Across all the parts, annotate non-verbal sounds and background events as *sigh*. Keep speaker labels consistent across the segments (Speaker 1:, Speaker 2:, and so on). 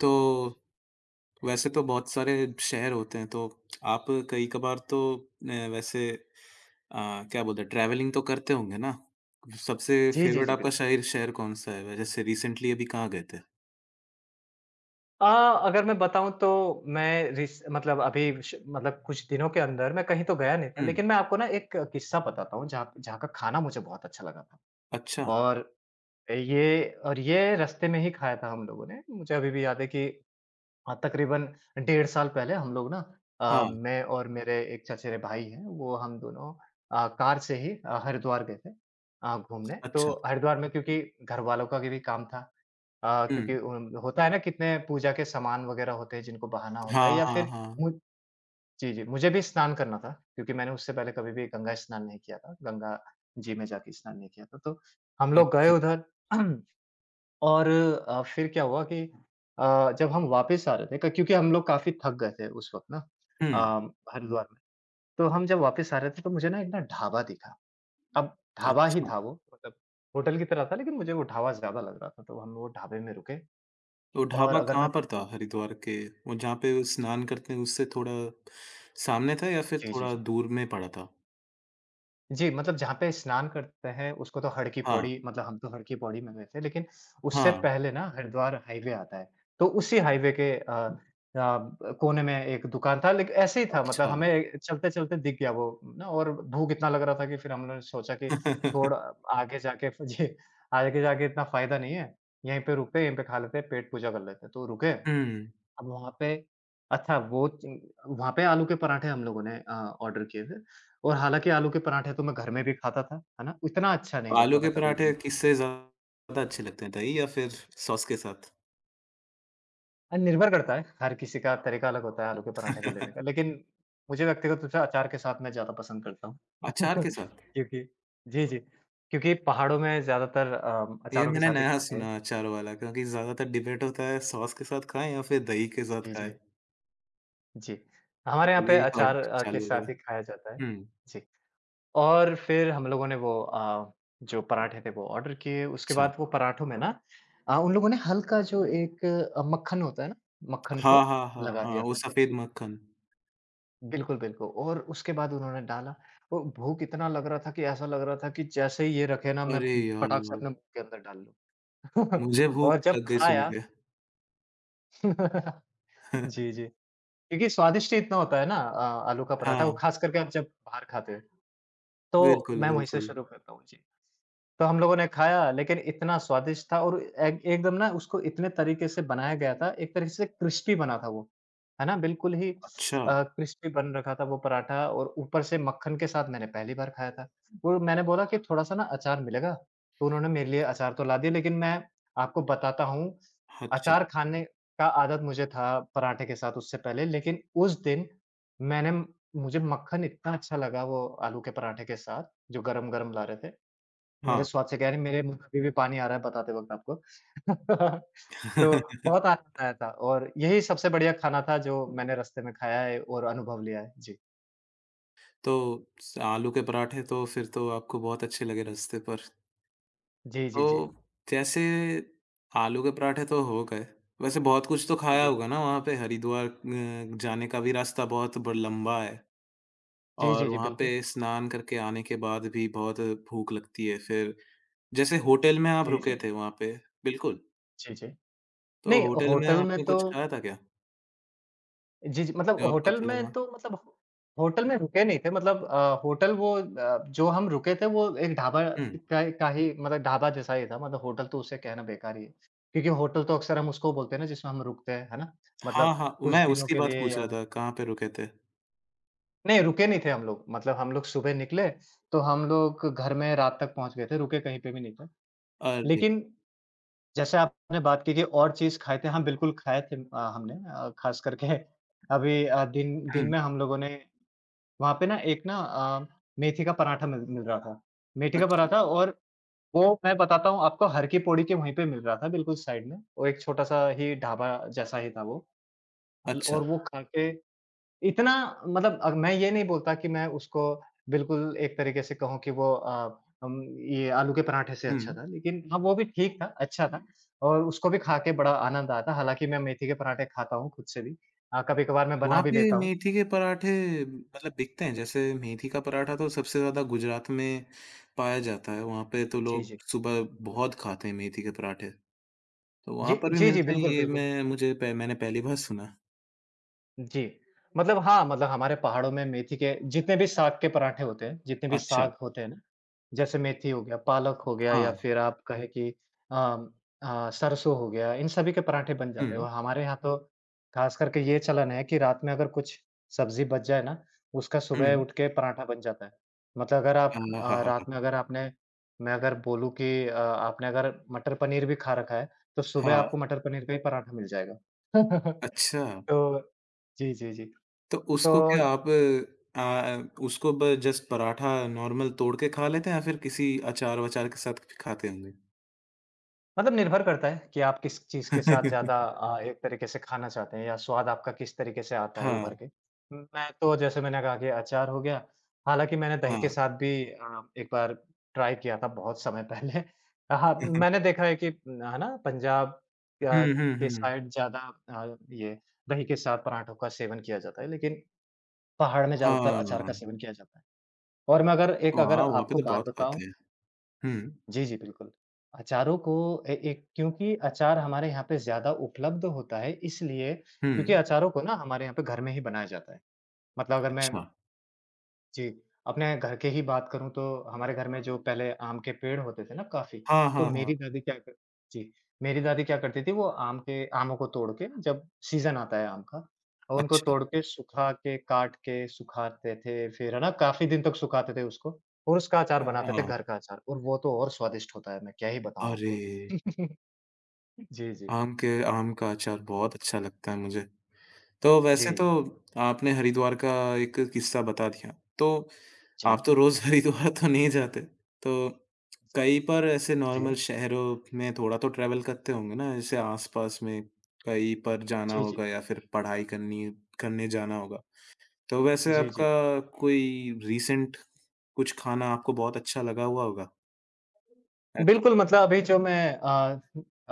Speaker 1: तो, वैसे तो बहुत सारे शहर होते हैं, तो आप कई कभार तो वैसे क्या बोलते हैं ट्रैवलिंग तो करते होंगे ना? सबसे
Speaker 2: जी, जी,
Speaker 1: फ़ेवरेट
Speaker 2: जी,
Speaker 1: आपका
Speaker 2: बिल्कुल।
Speaker 1: शहर शहर कौन-सा है? जैसे रिसेंटली अभी कहाँ गए थे?
Speaker 2: अ, अगर मैं बताऊँ तो मैं रिस मतलब अभी श मतलब कुछ दिनों के अंदर मैं कहीं तो गया नहीं था,
Speaker 1: हुँ।
Speaker 2: लेकिन मैं आपको ना एक किस्सा बताता हूँ जहाँ जहाँ का खाना मुझे बहुत अच्छा लगा था।
Speaker 1: अच्छा।
Speaker 2: और ये रास्ते में ही खाया था हम लोगों ने। मुझे अभी भी याद है कि हाँ, तकरीबन 1.5 साल पहले हम लोग ना
Speaker 1: हाँ।
Speaker 2: मैं और मेरे एक चचेरे भाई हैं, वो हम दोनों कार से ही हरिद्वार गए थे घूमने।
Speaker 1: अच्छा।
Speaker 2: तो हरिद्वार में क्योंकि घर वालों का भी काम था,
Speaker 1: हुँ।
Speaker 2: क्योंकि उन होता है ना कितने पूजा के सामान वगैरह होते हैं जिनको बहाना होता है
Speaker 1: हाँ,
Speaker 2: या
Speaker 1: हाँ,
Speaker 2: फिर
Speaker 1: हाँ।
Speaker 2: मु जी, जी, मुझे भी स्नान करना था क्योंकि मैंने उससे पहले कभी भी गंगा स्नान नहीं किया था, गंगा जी में जाके स्नान नहीं किया था। तो हम लोग गए
Speaker 1: अच्छा।
Speaker 2: उधर। *clears throat* और फिर क्या हुआ कि जब हम वापस आ रहे थे क क्योंकि हम लोग काफ़ी थक गए थे उस वक़्त ना,
Speaker 1: हुँ।
Speaker 2: हरिद्वार में। तो हम जब वापस आ रहे थे तो मुझे ना एक ना ढाबा दिखा। अब ढाबा ही
Speaker 1: अच्छा।
Speaker 2: था वो मतलब होटल की तरह था, लेकिन मुझे वो ढाबा ज़्यादा लग रहा था, तो हम वो ढाबे में रुके।
Speaker 1: तो
Speaker 2: और
Speaker 1: ढाबा
Speaker 2: अगर
Speaker 1: कहाँ
Speaker 2: मैं
Speaker 1: पर था
Speaker 2: बताऊँ
Speaker 1: हरिद्वार के? वो जहाँ पे वो स्नान करते हैं उससे थोड़ा सामने था या फिर
Speaker 2: जी, जी,
Speaker 1: थोड़ा
Speaker 2: जी।
Speaker 1: दूर में पड़ा था?
Speaker 2: जी, मतलब जहाँ पे स्नान करते हैं उसको तो हर की
Speaker 1: हाँ,
Speaker 2: पौड़ी, मतलब हम तो हर की पौड़ी में गए थे, लेकिन उससे
Speaker 1: हाँ।
Speaker 2: पहले ना हरिद्वार हाईवे आता है। तो उसी हाईवे के अ अ, ब कोने में एक दुकान था, लेकिन ऐसे ही था मतलब
Speaker 1: अच्छा।
Speaker 2: हमें चलते-चलते दिख गया वो ना, और भूख इतना लग रहा था कि फिर हमने सोचा कि छोड़
Speaker 1: *laughs*
Speaker 2: आगे जाके *laughs* जी, आगे जाके इतना फ़ायदा नहीं है, यहीं पे रुकते हैं, यहीं पे खा लेते हैं, पेट पूजा कर लेते हैं। तो रुके।
Speaker 1: हुँ।
Speaker 2: अब वहाँ पे अच्छा वो चि वहाँ पे आलू के पराठे हम लोगों ने ऑर्डर किए थे और हालाँकि आलू के पराठे तो मैं घर में भी खाता था, है ना? इतना अच्छा नहीं
Speaker 1: आलू
Speaker 2: लगता
Speaker 1: के
Speaker 2: था कभी
Speaker 1: पराठे
Speaker 2: भी।
Speaker 1: किससे ज़्यादा अच्छे लगते हैं, दही या फिर सॉस के साथ?
Speaker 2: निर्भर करता है, हर किसी का तरीका अलग होता है आलू के पराठे को लेने का,
Speaker 1: *laughs*
Speaker 2: लेकिन मुझे व्यक्तिगत रूप से अचार के साथ मैं ज़्यादा पसंद करता हूँ।
Speaker 1: अचार के
Speaker 2: *laughs*
Speaker 1: साथ?
Speaker 2: क्योंकि जी, जी। क्योंकि पहाड़ों में ज़्यादातर
Speaker 1: ये
Speaker 2: अचारों के
Speaker 1: मैंने
Speaker 2: साथ ही
Speaker 1: नया
Speaker 2: खाते हैं।
Speaker 1: सुना अचार वाला क्योंकि ज़्यादातर डिबेट होता है सॉस के साथ खाएँ या फिर दही के साथ
Speaker 2: जी,
Speaker 1: खाएँ।
Speaker 2: जी। जी।
Speaker 1: तो
Speaker 2: हमारे यहाँ पे
Speaker 1: चलिए एक और
Speaker 2: अचार के
Speaker 1: चालू हो गया।
Speaker 2: साथ ही खाया जाता है।
Speaker 1: हुँ।
Speaker 2: जी। और फिर हम लोगों ने वो, जो पराठे थे वो ऑर्डर किए, उसके
Speaker 1: अच्छा।
Speaker 2: बाद वो पराठों में ना उन लोगों ने हल्का जो एक मक्खन होता है ना, मक्खन
Speaker 1: हाँ,
Speaker 2: को
Speaker 1: हाँ, हाँ,
Speaker 2: लगा
Speaker 1: हाँ,
Speaker 2: दिया
Speaker 1: वो
Speaker 2: था।
Speaker 1: सफ़ेद मक्खन।
Speaker 2: बिल्कुल, बिल्कुल। और उसके बाद उन्होंने डाला, वो भूख इतना लग रहा था कि ऐसा लग रहा था कि जैसे ही ये रखे ना मैं
Speaker 1: अरे
Speaker 2: फटाक से अपने
Speaker 1: यार!
Speaker 2: मुँह के अंदर डाल
Speaker 1: मुझे
Speaker 2: लूँ। *laughs*
Speaker 1: भूख
Speaker 2: और जब
Speaker 1: लग गई सुन
Speaker 2: खाया।
Speaker 1: के।
Speaker 2: *laughs* जी,
Speaker 1: *laughs*
Speaker 2: जी। क्योंकि स्वादिष्ट ही इतना होता है ना, आलू का पराठा, वो
Speaker 1: हाँ,
Speaker 2: ख़ास करके आप जब बाहर खाते हो। तो
Speaker 1: बिल्कुल,
Speaker 2: मैं वहीं से
Speaker 1: बिल्कुल।
Speaker 2: शुरू करता हूँ। जी। तो हम लोगों ने खाया, लेकिन इतना स्वादिष्ट था और एक एकदम ना उसको इतने तरीके से बनाया गया था, एक तरीके से क्रिस्पी बना था वो, है ना? बिल्कुल ही
Speaker 1: अच्छा,
Speaker 2: क्रिस्पी बन रखा था वो पराठा और ऊपर से मक्खन के साथ मैंने पहली बार खाया था। और मैंने बोला कि थोड़ा-सा ना अचार मिलेगा, तो उन्होंने मेरे लिए अचार तो ला दिया, लेकिन मैं आपको बताता हूँ,
Speaker 1: अच्छा,
Speaker 2: अचार खाने का आदत मुझे था पराठे के साथ उससे पहले, लेकिन उस दिन मैंने मुझे मक्खन इतना अच्छा लगा वो आलू के पराठे के साथ, जो गरम-गरम ला रहे थे, मेरे
Speaker 1: हाँ।
Speaker 2: स्वाद से कह रहे हैं, मेरे मुँह में अभी भी पानी आ रहा है बताते वक़्त आपको। *laughs* तो
Speaker 1: *laughs*
Speaker 2: बहुत आनंद आया था और यही सबसे बढ़िया खाना था जो मैंने रास्ते में खाया है और अनुभव लिया है। जी।
Speaker 1: तो स आलू के पराठे तो फिर तो आपको बहुत अच्छे लगे रास्ते पर।
Speaker 2: जी, जी,
Speaker 1: तो
Speaker 2: जी।
Speaker 1: जैसे आलू के पराठे तो हो गए। वैसे बहुत कुछ तो
Speaker 2: जी,
Speaker 1: खाया
Speaker 2: जी।
Speaker 1: होगा ना वहाँ पे हरिद्वार, जाने का भी रास्ता बहुत ब लंबा है
Speaker 2: जी,
Speaker 1: और
Speaker 2: जी, जी,
Speaker 1: वहाँ पे
Speaker 2: बिल्कुल।
Speaker 1: स्नान करके आने के बाद भी बहुत भूख लगती है। फिर जैसे होटल में आप
Speaker 2: जी,
Speaker 1: रुके
Speaker 2: जी।
Speaker 1: थे वहाँ पे बिल्कुल,
Speaker 2: जी, जी।
Speaker 1: तो
Speaker 2: नहीं,
Speaker 1: होटल में
Speaker 2: होटल में
Speaker 1: आपने
Speaker 2: तो
Speaker 1: कुछ खाया था क्या,
Speaker 2: जी, जी। मतलब
Speaker 1: जो आपको
Speaker 2: होटल
Speaker 1: अच्छा
Speaker 2: में
Speaker 1: लगा?
Speaker 2: तो, मतलब होटल में रुके नहीं थे मतलब, होटल वो, जो हम रुके थे वो एक ढाबा
Speaker 1: हुँ।
Speaker 2: का ही, मतलब ढाबा जैसा ही था, मतलब होटल तो उसे कहना बेकार ही है। क्योंकि होटल तो अक्सर हम उसको बोलते हैं ना जिसमें हम रुकते हैं, है ना?
Speaker 1: हाँ,
Speaker 2: मतलब
Speaker 1: हाँ,
Speaker 2: कुछ
Speaker 1: मैं
Speaker 2: दिनों
Speaker 1: उसकी
Speaker 2: के
Speaker 1: बात
Speaker 2: लिए
Speaker 1: पूछ
Speaker 2: या
Speaker 1: रहा था, कहाँ पे रुके थे?
Speaker 2: नहीं, रुके नहीं थे हम लोग, मतलब हम लोग सुबह निकले तो हम लोग घर में रात तक पहुँच गए थे, रुके कहीं पे भी नहीं थे।
Speaker 1: अरे!
Speaker 2: लेकिन जैसे आपने बात की कि और चीज़ खाए थे, हाँ बिल्कुल खाए थे, हमने ख़ास करके अभी दिन
Speaker 1: हुँ,
Speaker 2: दिन में हम लोगों ने वहाँ पे ना एक ना मेथी का पराठा मिल मिल रहा था। मेथी का
Speaker 1: अच्छा,
Speaker 2: पराठा और वो मैं बताता हूँ आपको, हर की पौड़ी के वहीं पे मिल रहा था बिल्कुल साइड में। वो एक छोटा-सा ही ढाबा जैसा ही था वो, ल और
Speaker 1: अच्छा।
Speaker 2: वो खा के इतना, मतलब मैं ये नहीं बोलता कि मैं उसको बिल्कुल एक तरीके से कहूँ कि वो अ, हम ये आलू के पराठे से अच्छा
Speaker 1: हुँ।
Speaker 2: था। लेकिन हाँ, वो भी ठीक था, अच्छा था और उसको भी खा के बड़ा आनंद आया था। हालाँकि मैं मेथी के पराठे खाता हूँ खुद से भी। कभी-कभार मैं बना
Speaker 1: वहाँ
Speaker 2: भी
Speaker 1: पे
Speaker 2: लेता हूँ।
Speaker 1: मेथी के पराठे मतलब बिकते हैं, जैसे मेथी का पराठा तो सबसे ज़्यादा गुजरात में पाया जाता है, वहाँ पे तो
Speaker 2: जी,
Speaker 1: लोग
Speaker 2: जी।
Speaker 1: सुबह बहुत खाते हैं मेथी के पराठे, तो वहाँ
Speaker 2: जी,
Speaker 1: पर भी
Speaker 2: जी, जी।
Speaker 1: मिलते हैं
Speaker 2: बिल्कुल,
Speaker 1: ये
Speaker 2: बिल्कुल।
Speaker 1: मैं मुझे प मैंने पहली बार सुना।
Speaker 2: जी। मतलब हाँ, मतलब हमारे पहाड़ों में मेथी के जितने भी साग के पराठे होते हैं, जितने भी
Speaker 1: अच्छा।
Speaker 2: साग होते हैं ना, जैसे मेथी हो गया, पालक हो गया
Speaker 1: हाँ।
Speaker 2: या फिर आप कहें कि अम, सरसों हो गया, इन सभी के पराठे बन जाते हैं
Speaker 1: हुँ,
Speaker 2: और हमारे यहाँ तो ख़ास करके ये चलन है कि रात में अगर कुछ सब्ज़ी बच जाए ना, उसका
Speaker 1: हुँ।
Speaker 2: सुबह उठ के पराठा बन जाता है। मतलब अगर
Speaker 1: हाँ,
Speaker 2: आप
Speaker 1: हाँ,
Speaker 2: अ,
Speaker 1: हाँ, हाँ।
Speaker 2: रात में अगर आपने मैं अगर बोलूँ कि आपने अगर मटर पनीर भी खा रखा है, तो सुबह
Speaker 1: हाँ।
Speaker 2: आपको मटर पनीर का ही पराठा मिल जाएगा। *laughs*
Speaker 1: अच्छा।
Speaker 2: तो जी, जी, जी।
Speaker 1: तो
Speaker 2: तो
Speaker 1: उसको क्या आप उसको ब जस्ट पराठा नॉर्मल तोड़ के खा लेते हैं या फिर किसी अचार-वचार के साथ खाते होंगे?
Speaker 2: मतलब निर्भर करता है कि आप किस चीज़ के साथ ज़्यादा
Speaker 1: *laughs*
Speaker 2: एक तरीके से खाना चाहते हैं या स्वाद आपका किस तरीके से आता है
Speaker 1: हाँ,
Speaker 2: उभर के। मैं तो जैसे मैंने कहा कि अचार हो गया, हालाँकि मैंने दही के
Speaker 1: हाँ।
Speaker 2: साथ भी एक बार ट्राई किया था बहुत समय पहले। *laughs* हाँ, मैंने
Speaker 1: *laughs*
Speaker 2: देखा है कि न, है ना पंजाब
Speaker 1: हुँ, हुँ,
Speaker 2: के
Speaker 1: हुँ।
Speaker 2: साइड ज़्यादा ये दही के साथ पराठों का सेवन किया जाता है, लेकिन पहाड़ में ज़्यादातर
Speaker 1: हाँ,
Speaker 2: अचार का सेवन किया जाता है। और मैं अगर
Speaker 1: वहाँ वहाँ पे
Speaker 2: आपको
Speaker 1: तो
Speaker 2: बात
Speaker 1: बहुत खाते
Speaker 2: बताऊँ।
Speaker 1: हैं। हुँ,
Speaker 2: जी, जी, बिल्कुल। अचारों को ए एक क्योंकि अचार हमारे यहाँ पे ज़्यादा उपलब्ध होता है इसलिए, क्योंकि
Speaker 1: हुँ।
Speaker 2: अचारों को ना हमारे यहाँ पे घर में ही बनाया जाता है। मतलब अगर मैं
Speaker 1: अच्छा।
Speaker 2: जी, अपने घर के ही बात करूँ तो हमारे घर में जो पहले आम के पेड़ होते थे ना काफ़ी,
Speaker 1: हाँ,
Speaker 2: तो
Speaker 1: हाँ, हाँ।
Speaker 2: मेरी दादी क्या कर जी, मेरी दादी क्या करती थी वो आम के, आमों को तोड़ के जब सीज़न आता है आम का, और उनको
Speaker 1: अच्छा।
Speaker 2: तोड़ के सुखा के, काट के सुखाते थे फिर है ना, काफ़ी दिन तक सुखाते थे उसको और उसका अचार बनाते थे
Speaker 1: हाँ।
Speaker 2: घर का अचार और वो तो और स्वादिष्ट होता है, मैं क्या ही बताऊँ
Speaker 1: अरे!
Speaker 2: आपको। *laughs* जी, जी।
Speaker 1: आम के आम का अचार बहुत अच्छा लगता है मुझे। तो
Speaker 2: जी,
Speaker 1: वैसे तो आपने हरिद्वार का एक किस्सा बता दिया, तो
Speaker 2: जी।
Speaker 1: आप तो रोज़ *laughs* हरिद्वार तो नहीं जाते, तो कहीं पर ऐसे
Speaker 2: जी।
Speaker 1: नॉर्मल शहरों में थोड़ा तो ट्रैवल करते होंगे ना? जैसे आस-पास में कहीं पर जाना
Speaker 2: जी, जी। जी, जी।
Speaker 1: होगा या फिर पढ़ाई करनी करने जाना होगा। तो वैसे
Speaker 2: जी, जी।
Speaker 1: आपका कोई रीसेंट कुछ खाना आपको बहुत अच्छा लगा हुआ होगा, ऐसा?
Speaker 2: बिल्कुल, मतलब अभी जो मैं, अ,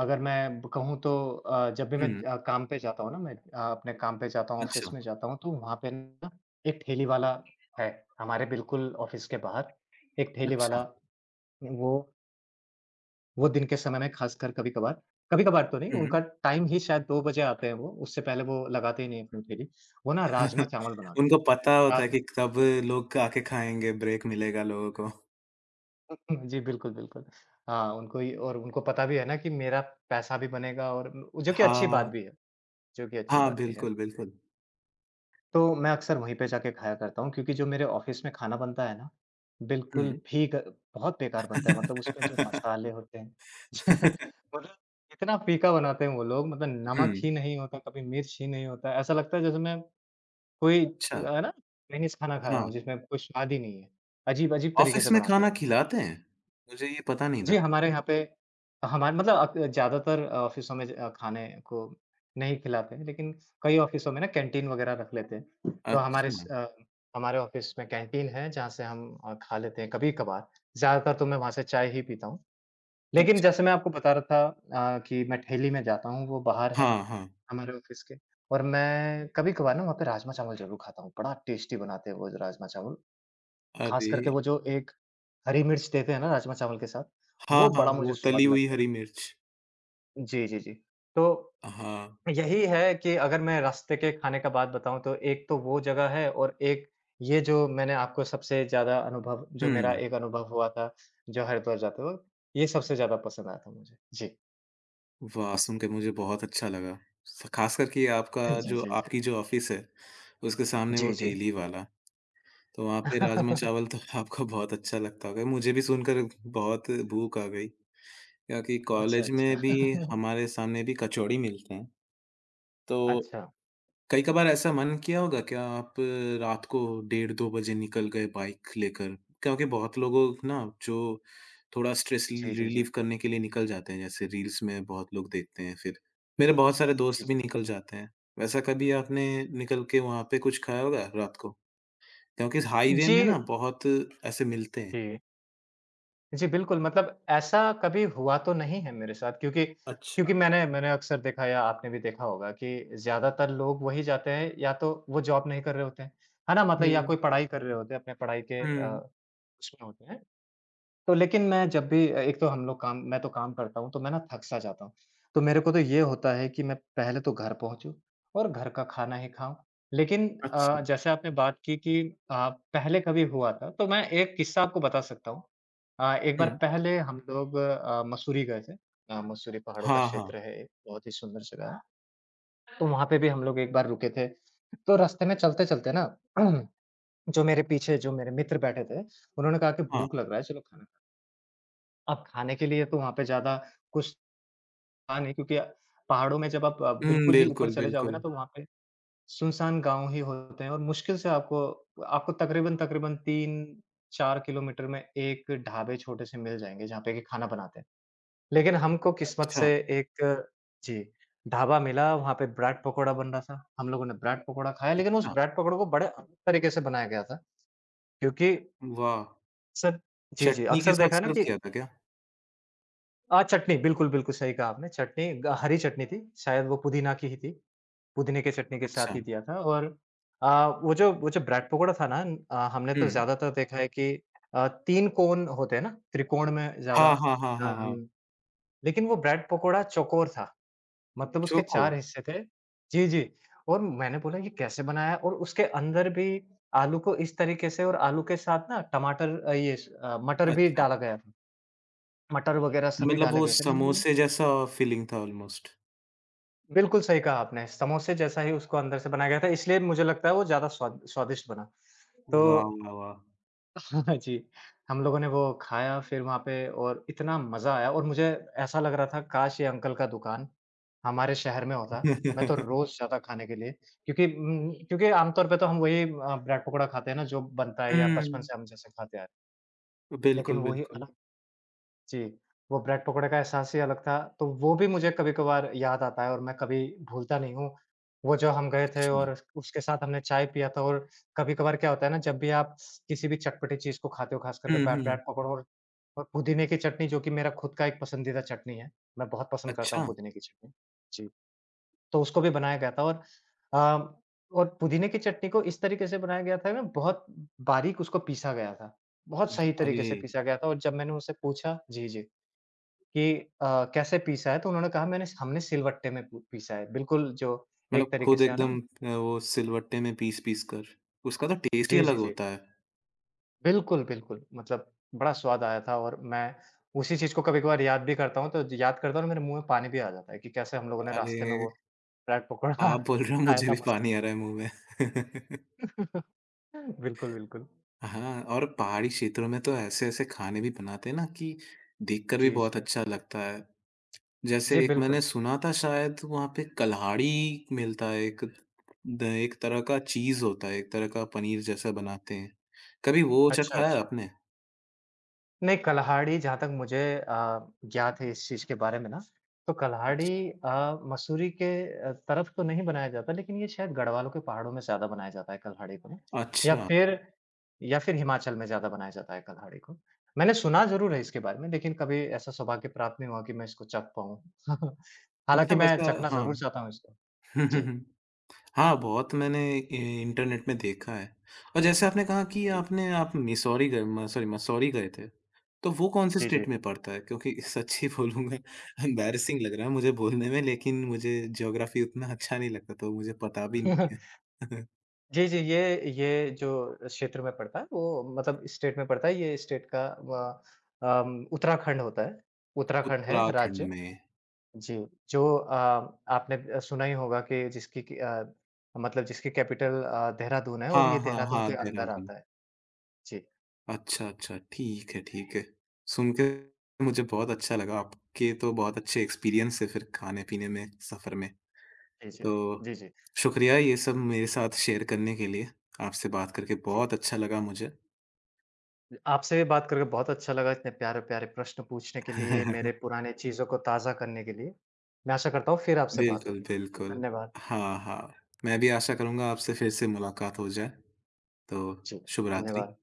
Speaker 2: अगर मैं ब कहूँ तो जब भी मैं
Speaker 1: हुँ,
Speaker 2: काम पे जाता हूँ ना, मैं अपने काम पे जाता हूँ, ऑफ़िस
Speaker 1: अच्छा,
Speaker 2: में जाता हूँ, तो वहाँ पे ना एक ठेली वाला है, हमारे बिल्कुल ऑफ़िस के बाहर एक ठेली
Speaker 1: अच्छा।
Speaker 2: वाला, वो वो दिन के समय में ख़ासकर कभी-कभार, कभी-कभार तो नहीं,
Speaker 1: हुँ।
Speaker 2: उनका टाइम ही शायद 2 बजे आते हैं वो, उससे पहले वो लगाते ही नहीं अपनी ठेली। वो ना राजमा-चावल
Speaker 1: *laughs*
Speaker 2: बनाते हैं।
Speaker 1: उनको पता होता है
Speaker 2: राजमा
Speaker 1: कि कब लोग आके खाएँगे, ब्रेक मिलेगा लोगों को।
Speaker 2: *laughs* जी, बिल्कुल, बिल्कुल। हाँ, उनको ये, और उनको पता भी है ना कि मेरा पैसा भी बनेगा और जो कि अच्छी बात
Speaker 1: हाँ,
Speaker 2: भी है। जो कि अच्छी
Speaker 1: हाँ,
Speaker 2: बात भी है।
Speaker 1: बिल्कुल, बिल्कुल।
Speaker 2: तो मैं अक्सर वहीं पे जाके खाया करता हूँ क्योंकि जो मेरे ऑफ़िस में खाना बनता है ना, बिल्कुल
Speaker 1: हुँ।
Speaker 2: भी ग बहुत बेकार बनता है, मतलब उसमें जो
Speaker 1: हुँ, *laughs*
Speaker 2: मसाले होते हैं *laughs* मतलब इतना फ़ीका बनाते हैं वो लोग, मतलब नमक ही नहीं होता, कभी मिर्च ही नहीं होता। ऐसा लगता है जैसे मैं कोई,
Speaker 1: अच्छा,
Speaker 2: है ना, चाइनीज़ खाना खा रहा
Speaker 1: हाँ।
Speaker 2: हूँ जिसमें कोई स्वाद ही नहीं है। अजीब-अजीब तरीके
Speaker 1: ऑफ़िस
Speaker 2: से
Speaker 1: में
Speaker 2: बनाते हैं
Speaker 1: खाना
Speaker 2: वो।
Speaker 1: खिलाते हैं? मुझे ये पता नहीं था।
Speaker 2: जी, हमारे यहाँ पे हमारे, मतलब अक ज़्यादातर ऑफ़िसों में खाने को नहीं खिलाते हैं, लेकिन कई ऑफ़िसों में ना कैंटीन वग़ैरह रख लेते हैं। तो
Speaker 1: अच्छा,
Speaker 2: हमारे ऑफ़िस में कैंटीन है, जहाँ से हम खा लेते हैं कभी-कभार। ज़्यादातर तो मैं वहाँ से चाय ही पीता हूँ। लेकिन
Speaker 1: अच्छा।
Speaker 2: जैसे मैं आपको बता रहा था कि मैं ठेली में जाता हूँ, वो बाहर है
Speaker 1: हाँ, हाँ।
Speaker 2: हमारे ऑफ़िस के और मैं कभी-कभार ना वहाँ पे राजमा-चावल ज़रूर खाता हूँ। बड़ा टेस्टी बनाते हैं वो राजमा-चावल। ख़ास
Speaker 1: अरे!
Speaker 2: करके वो जो एक हरी मिर्च देते हैं ना राजमा-चावल के साथ,
Speaker 1: हाँ,
Speaker 2: वो
Speaker 1: हाँ,
Speaker 2: बड़ा मुझे
Speaker 1: वो तली
Speaker 2: स्वाद
Speaker 1: हुई
Speaker 2: लगता है।
Speaker 1: हरी मिर्च।
Speaker 2: जी, जी, जी। तो
Speaker 1: हाँ,
Speaker 2: यही है कि अगर मैं रास्ते के खाने का बात बताऊँ तो एक तो वो जगह है और एक ये जो मैंने आपको सबसे ज़्यादा अनुभव जो मेरा
Speaker 1: हुँ।
Speaker 2: एक अनुभव हुआ था, जो हरिद्वार जाते वक़्त, ये सबसे ज़्यादा पसंद आया था मुझे। जी।
Speaker 1: वाह! सुन के मुझे बहुत अच्छा लगा। स ख़ास करके आपका
Speaker 2: जी,
Speaker 1: जो
Speaker 2: जी, जी।
Speaker 1: आपकी जो ऑफ़िस है, उसके सामने वो
Speaker 2: जी, जी।
Speaker 1: ठेली वाला, तो वहाँ पे
Speaker 2: *laughs*
Speaker 1: राजमा-चावल तो *laughs* आपको बहुत अच्छा लगता होगा। मुझे भी सुनकर बहुत भूख आ गई, क्योंकि
Speaker 2: अच्छा,
Speaker 1: कॉलेज में
Speaker 2: अच्छा।
Speaker 1: भी
Speaker 2: *laughs*
Speaker 1: हमारे सामने भी कचौड़ी मिलते हैं, तो
Speaker 2: अच्छा।
Speaker 1: कई कबार ऐसा मन किया होगा क्या आप रात को डेढ़ 2 बजे निकल गए बाइक लेकर? क्योंकि बहुत लोगों ना जो थोड़ा स्ट्रेस रि
Speaker 2: जी, जी, जी।
Speaker 1: रिलीफ़ करने के लिए निकल जाते हैं, जैसे रील्स में बहुत लोग देखते हैं फिर। मेरे बहुत सारे
Speaker 2: जी,
Speaker 1: दोस्त भी
Speaker 2: जी।
Speaker 1: निकल जाते हैं। वैसा कभी आपने निकल के वहाँ पे कुछ खाया होगा रात को? क्योंकि हाईवे में ना बहुत ऐसे मिलते हैं।
Speaker 2: जी। जी, बिल्कुल, मतलब ऐसा कभी हुआ तो नहीं है मेरे साथ, क्योंकि
Speaker 1: अच्छा।
Speaker 2: क्योंकि मैंने मैंने अक्सर देखा या आपने भी देखा होगा कि ज़्यादातर लोग वही जाते हैं या तो वो जॉब नहीं कर रहे होते हैं, है ना? मतलब या
Speaker 1: हुँ,
Speaker 2: कोई पढ़ाई कर रहे होते हैं, अपने पढ़ाई के
Speaker 1: हुँ,
Speaker 2: उसमें होते हैं। तो लेकिन मैं जब भी एक तो हम लोग काम मैं तो काम करता हूँ, तो मैं ना थक-सा जाता हूँ। तो मेरे को तो ये होता है कि मैं पहले तो घर पहुँचूँ और घर का खाना ही खाऊँ। लेकिन
Speaker 1: अच्छा।
Speaker 2: जैसे आपने बात की कि अ, पहले कभी हुआ था, तो मैं एक किस्सा आपको बता सकता हूँ। एक बार
Speaker 1: हुँ,
Speaker 2: पहले हम लोग मसूरी गए थे। मसूरी पहाड़ों का
Speaker 1: हाँ, हाँ,
Speaker 2: क्षेत्र है एक, बहुत ही सुंदर जगह है। तो वहाँ पे भी हम लोग एक बार रुके थे। तो रास्ते में चलते-चलते ना, *clears throat* जो मेरे पीछे जो मेरे मित्र बैठे थे, उन्होंने कहा कि
Speaker 1: हाँ।
Speaker 2: भूख लग रहा है, चलो खाना। अब खाने के लिए तो वहाँ पे ज़्यादा कुछ था नहीं क्योंकि पहाड़ों में जब आप
Speaker 1: हुँ,
Speaker 2: बिल्कुल ही ऊपर
Speaker 1: बिल्कुल,
Speaker 2: चले जाओगे
Speaker 1: बिल्कुल।
Speaker 2: ना, तो वहाँ पे सुनसान गाँव ही होते हैं और मुश्किल से आपको आपको तकरीबन-तकरीबन 3-4 किलोमीटर में 1 ढाबे छोटे-से मिल जाएँगे जहाँ पे कि खाना बनाते हैं। लेकिन हमको किस्मत
Speaker 1: अच्छा,
Speaker 2: से एक, जी, ढाबा मिला, वहाँ पे ब्रेड पकोड़ा बन रहा था। हम लोगों ने ब्रेड पकोड़ा खाया, लेकिन उस
Speaker 1: अच्छा,
Speaker 2: ब्रेड पकोड़े को बड़े अलग तरीके से बनाया गया था क्योंकि
Speaker 1: वाह!
Speaker 2: अक्सर, जी, जी,
Speaker 1: चटनी के
Speaker 2: अक्सर देखा
Speaker 1: साथ
Speaker 2: है ना
Speaker 1: सर्व
Speaker 2: कि
Speaker 1: किया था क्या?
Speaker 2: चटनी, बिल्कुल, बिल्कुल सही कहा आपने, चटनी ग हरी चटनी थी, शायद वो पुदीना की ही थी, पुदीने के चटनी के साथ
Speaker 1: अच्छा।
Speaker 2: ही दिया था और अ, वो जो ब्रेड पकोड़ा था ना, हमने तो
Speaker 1: हुँ।
Speaker 2: ज़्यादातर देखा है कि 3 कोन होते हैं ना, त्रिकोण में ज़्यादा,
Speaker 1: हाँ, हाँ, हाँ,
Speaker 2: अ,
Speaker 1: हाँ,
Speaker 2: हम
Speaker 1: हाँ।
Speaker 2: लेकिन वो ब्रेड पकोड़ा चौकोर था, मतलब उसके
Speaker 1: चौकोर?
Speaker 2: 4 हिस्से थे। जी, जी। और मैंने बोला ये कैसे बनाया, और उसके अंदर भी आलू को इस तरीके से, और आलू के साथ ना टमाटर, मटर भी
Speaker 1: अच्छा।
Speaker 2: डाला गया था, मटर वगैरह सभी
Speaker 1: मतलब
Speaker 2: डाले
Speaker 1: वो
Speaker 2: गए थे। मैंने बोला
Speaker 1: समोसे जैसा फीलिंग था ऑलमोस्ट।
Speaker 2: बिल्कुल सही कहा आपने, समोसे जैसा ही उसको अंदर से बनाया गया था, इसलिए मुझे लगता है वो ज़्यादा स्वादिष्ट बना। तो
Speaker 1: वाह, वाह, वाह!
Speaker 2: *laughs* जी, हम लोगों ने वो खाया फिर वहाँ पे और इतना मज़ा आया और मुझे ऐसा लग रहा था काश ये अंकल का दुकान हमारे शहर में
Speaker 1: हुँ।
Speaker 2: होता, मैं तो
Speaker 1: *laughs*
Speaker 2: रोज़ जाता खाने के लिए, क्योंकि क्योंकि आमतौर पे तो हम वही ब्रेड पकौड़ा खाते हैं ना जो बनता है या बचपन से हम जैसे खाते आए हैं, लेकिन
Speaker 1: बिल्कुल,
Speaker 2: वही
Speaker 1: बिल्कुल।
Speaker 2: अलग, जी, वो ब्रेड पकोड़े का एहसास ही अलग था, तो वो भी मुझे कभी-कभार याद आता है और मैं कभी भूलता नहीं हूँ। वो जो हम गए थे,
Speaker 1: अच्छा।
Speaker 2: और उसके साथ हमने चाय पिया था। और कभी-कभार क्या होता है ना, जब भी आप किसी भी चटपटी चीज़ को खाते हो, ख़ास करके
Speaker 1: हुँ, हुँ।
Speaker 2: ब्रेड पकोड़ा और पुदीने की चटनी जो कि मेरा खुद का एक पसंदीदा चटनी है, मैं बहुत पसंद करता हूँ
Speaker 1: अच्छा।
Speaker 2: पुदीने की चटनी। जी, तो उसको भी बनाया गया था और अ, और पुदीने की चटनी को इस तरीके से बनाया गया था ना, बहुत बारीक उसको पीसा गया था, बहुत सही तरीके
Speaker 1: अरे!
Speaker 2: से पीसा गया था और जब मैंने उनसे पूछा, जी, जी, कि कैसे पीसा है? तो उन्होंने कहा मैंने हमने सिलवट्टे में पू पीसा है। बिल्कुल जो एक
Speaker 1: मतलब
Speaker 2: तरीके
Speaker 1: खुद
Speaker 2: से है ना।
Speaker 1: एकदम वो सिलवट्टे में पीस-पीस कर। उसका तो टेस्ट ही
Speaker 2: जी,
Speaker 1: अलग
Speaker 2: जी, जी।
Speaker 1: होता है।
Speaker 2: बिल्कुल, बिल्कुल। मतलब बड़ा स्वाद आया था और मैं उसी चीज़ को कभी-कभार याद भी करता हूँ, तो ज याद करता हूँ ना मेरे मुँह में पानी भी आ जाता है कि कैसे हम लोगों ने
Speaker 1: अरे!
Speaker 2: रास्ते में वो ब्रेड पकौड़ा *laughs*
Speaker 1: आप बोल रहे हो
Speaker 2: खाया
Speaker 1: मुझे
Speaker 2: था
Speaker 1: भी
Speaker 2: मस्त।
Speaker 1: पानी आ रहा है मुँह में।
Speaker 2: *laughs* बिल्कुल, बिल्कुल।
Speaker 1: हाँ, और पहाड़ी क्षेत्रों में तो ऐसे-ऐसे खाने भी बनाते हैं ना कि देखकर भी
Speaker 2: जी,
Speaker 1: बहुत
Speaker 2: जी।
Speaker 1: अच्छा लगता है।
Speaker 2: जी,
Speaker 1: जैसे एक
Speaker 2: बिल्कुल।
Speaker 1: मैंने सुना था शायद वहाँ पे कल्हाड़ी मिलता है एक द एक तरह का चीज़ होता है, एक तरह का पनीर जैसा बनाते हैं। कभी वो
Speaker 2: अच्छा,
Speaker 1: चखाया है
Speaker 2: अच्छा।
Speaker 1: आपने?
Speaker 2: नहीं, कलहाड़ी जहाँ तक मुझे ज्ञात है इस चीज़ के बारे में ना, तो
Speaker 1: अच्छा,
Speaker 2: कलहाड़ी मसूरी के तरफ तो नहीं बनाया जाता, लेकिन ये शायद गढ़वालों के पहाड़ों में ज़्यादा बनाया जाता है कलहाड़ी को ना, या
Speaker 1: अच्छा,
Speaker 2: फिर या फिर हिमाचल में ज़्यादा बनाया जाता है कलहाड़ी को। मैंने सुना ज़रूर है इसके बारे में, लेकिन कभी ऐसा सौभाग्य प्राप्त नहीं हुआ कि मैं इसको चख पाऊँ। *laughs* हालाँकि
Speaker 1: अच्छा
Speaker 2: मैं
Speaker 1: वैसा
Speaker 2: चखना
Speaker 1: हाँ।
Speaker 2: ज़रूर चाहता हूँ इसको। जी।
Speaker 1: *laughs* हाँ, बहुत मैंने इ इंटरनेट में देखा है। और जैसे आपने कहा कि
Speaker 2: जी, जी।
Speaker 1: आपने आप मिसौरी गए म सॉरी मसौरी गए थे, तो वो कौन से
Speaker 2: जी,
Speaker 1: स्टेट
Speaker 2: जी।
Speaker 1: में पड़ता है? क्योंकि *laughs* सच्ची बोलूँगा एम्बैरेसिंग *laughs* लग रहा है मुझे बोलने में लेकिन मुझे ज्योग्राफ़ी उतना अच्छा नहीं लगता तो मुझे पता भी नहीं
Speaker 2: *laughs*
Speaker 1: है। *laughs*
Speaker 2: जी, जी, ये जो क्षेत्र में पड़ता है वो मतलब स्टेट में पड़ता है, ये स्टेट का उत्तराखंड होता है। उत्तराखंड है
Speaker 1: उत्तराखंड
Speaker 2: राज्य।
Speaker 1: में।
Speaker 2: अच्छा। जी, जो आपने सुना ही होगा कि जिसकी कि मतलब जिसकी कैपिटल देहरादून है और
Speaker 1: हाँ,
Speaker 2: ये
Speaker 1: हाँ,
Speaker 2: देहरादून
Speaker 1: हाँ,
Speaker 2: के अंदर
Speaker 1: देहरादून।
Speaker 2: आता है। जी,
Speaker 1: अच्छा, अच्छा, ठीक है, ठीक है। सुन के मुझे बहुत अच्छा लगा, आपके तो बहुत अच्छे एक्सपीरियंस है फिर खाने-पीने में, सफ़र में।
Speaker 2: जी, जी।
Speaker 1: तो
Speaker 2: जी, जी,
Speaker 1: शुक्रिया ये सब मेरे साथ शेयर करने के लिए। आपसे बात करके
Speaker 2: जी।
Speaker 1: बहुत अच्छा लगा मुझे।
Speaker 2: आपसे बात करके बहुत अच्छा लगा, इतने प्यारे-प्यारे प्रश्न पूछने के लिए, मेरे
Speaker 1: *laughs*
Speaker 2: पुराने चीज़ों को ताज़ा करने के लिए। मैं आशा करता हूँ फिर आपसे बात
Speaker 1: बिल्कुल,
Speaker 2: होगी। जी,
Speaker 1: बिल्कुल।
Speaker 2: धन्यवाद।
Speaker 1: हाँ, हाँ। मैं भी आशा करूँगा आपसे फिर से मुलाकात हो जाए। तो
Speaker 2: जी,
Speaker 1: शुभ रात्रि।
Speaker 2: धन्यवाद।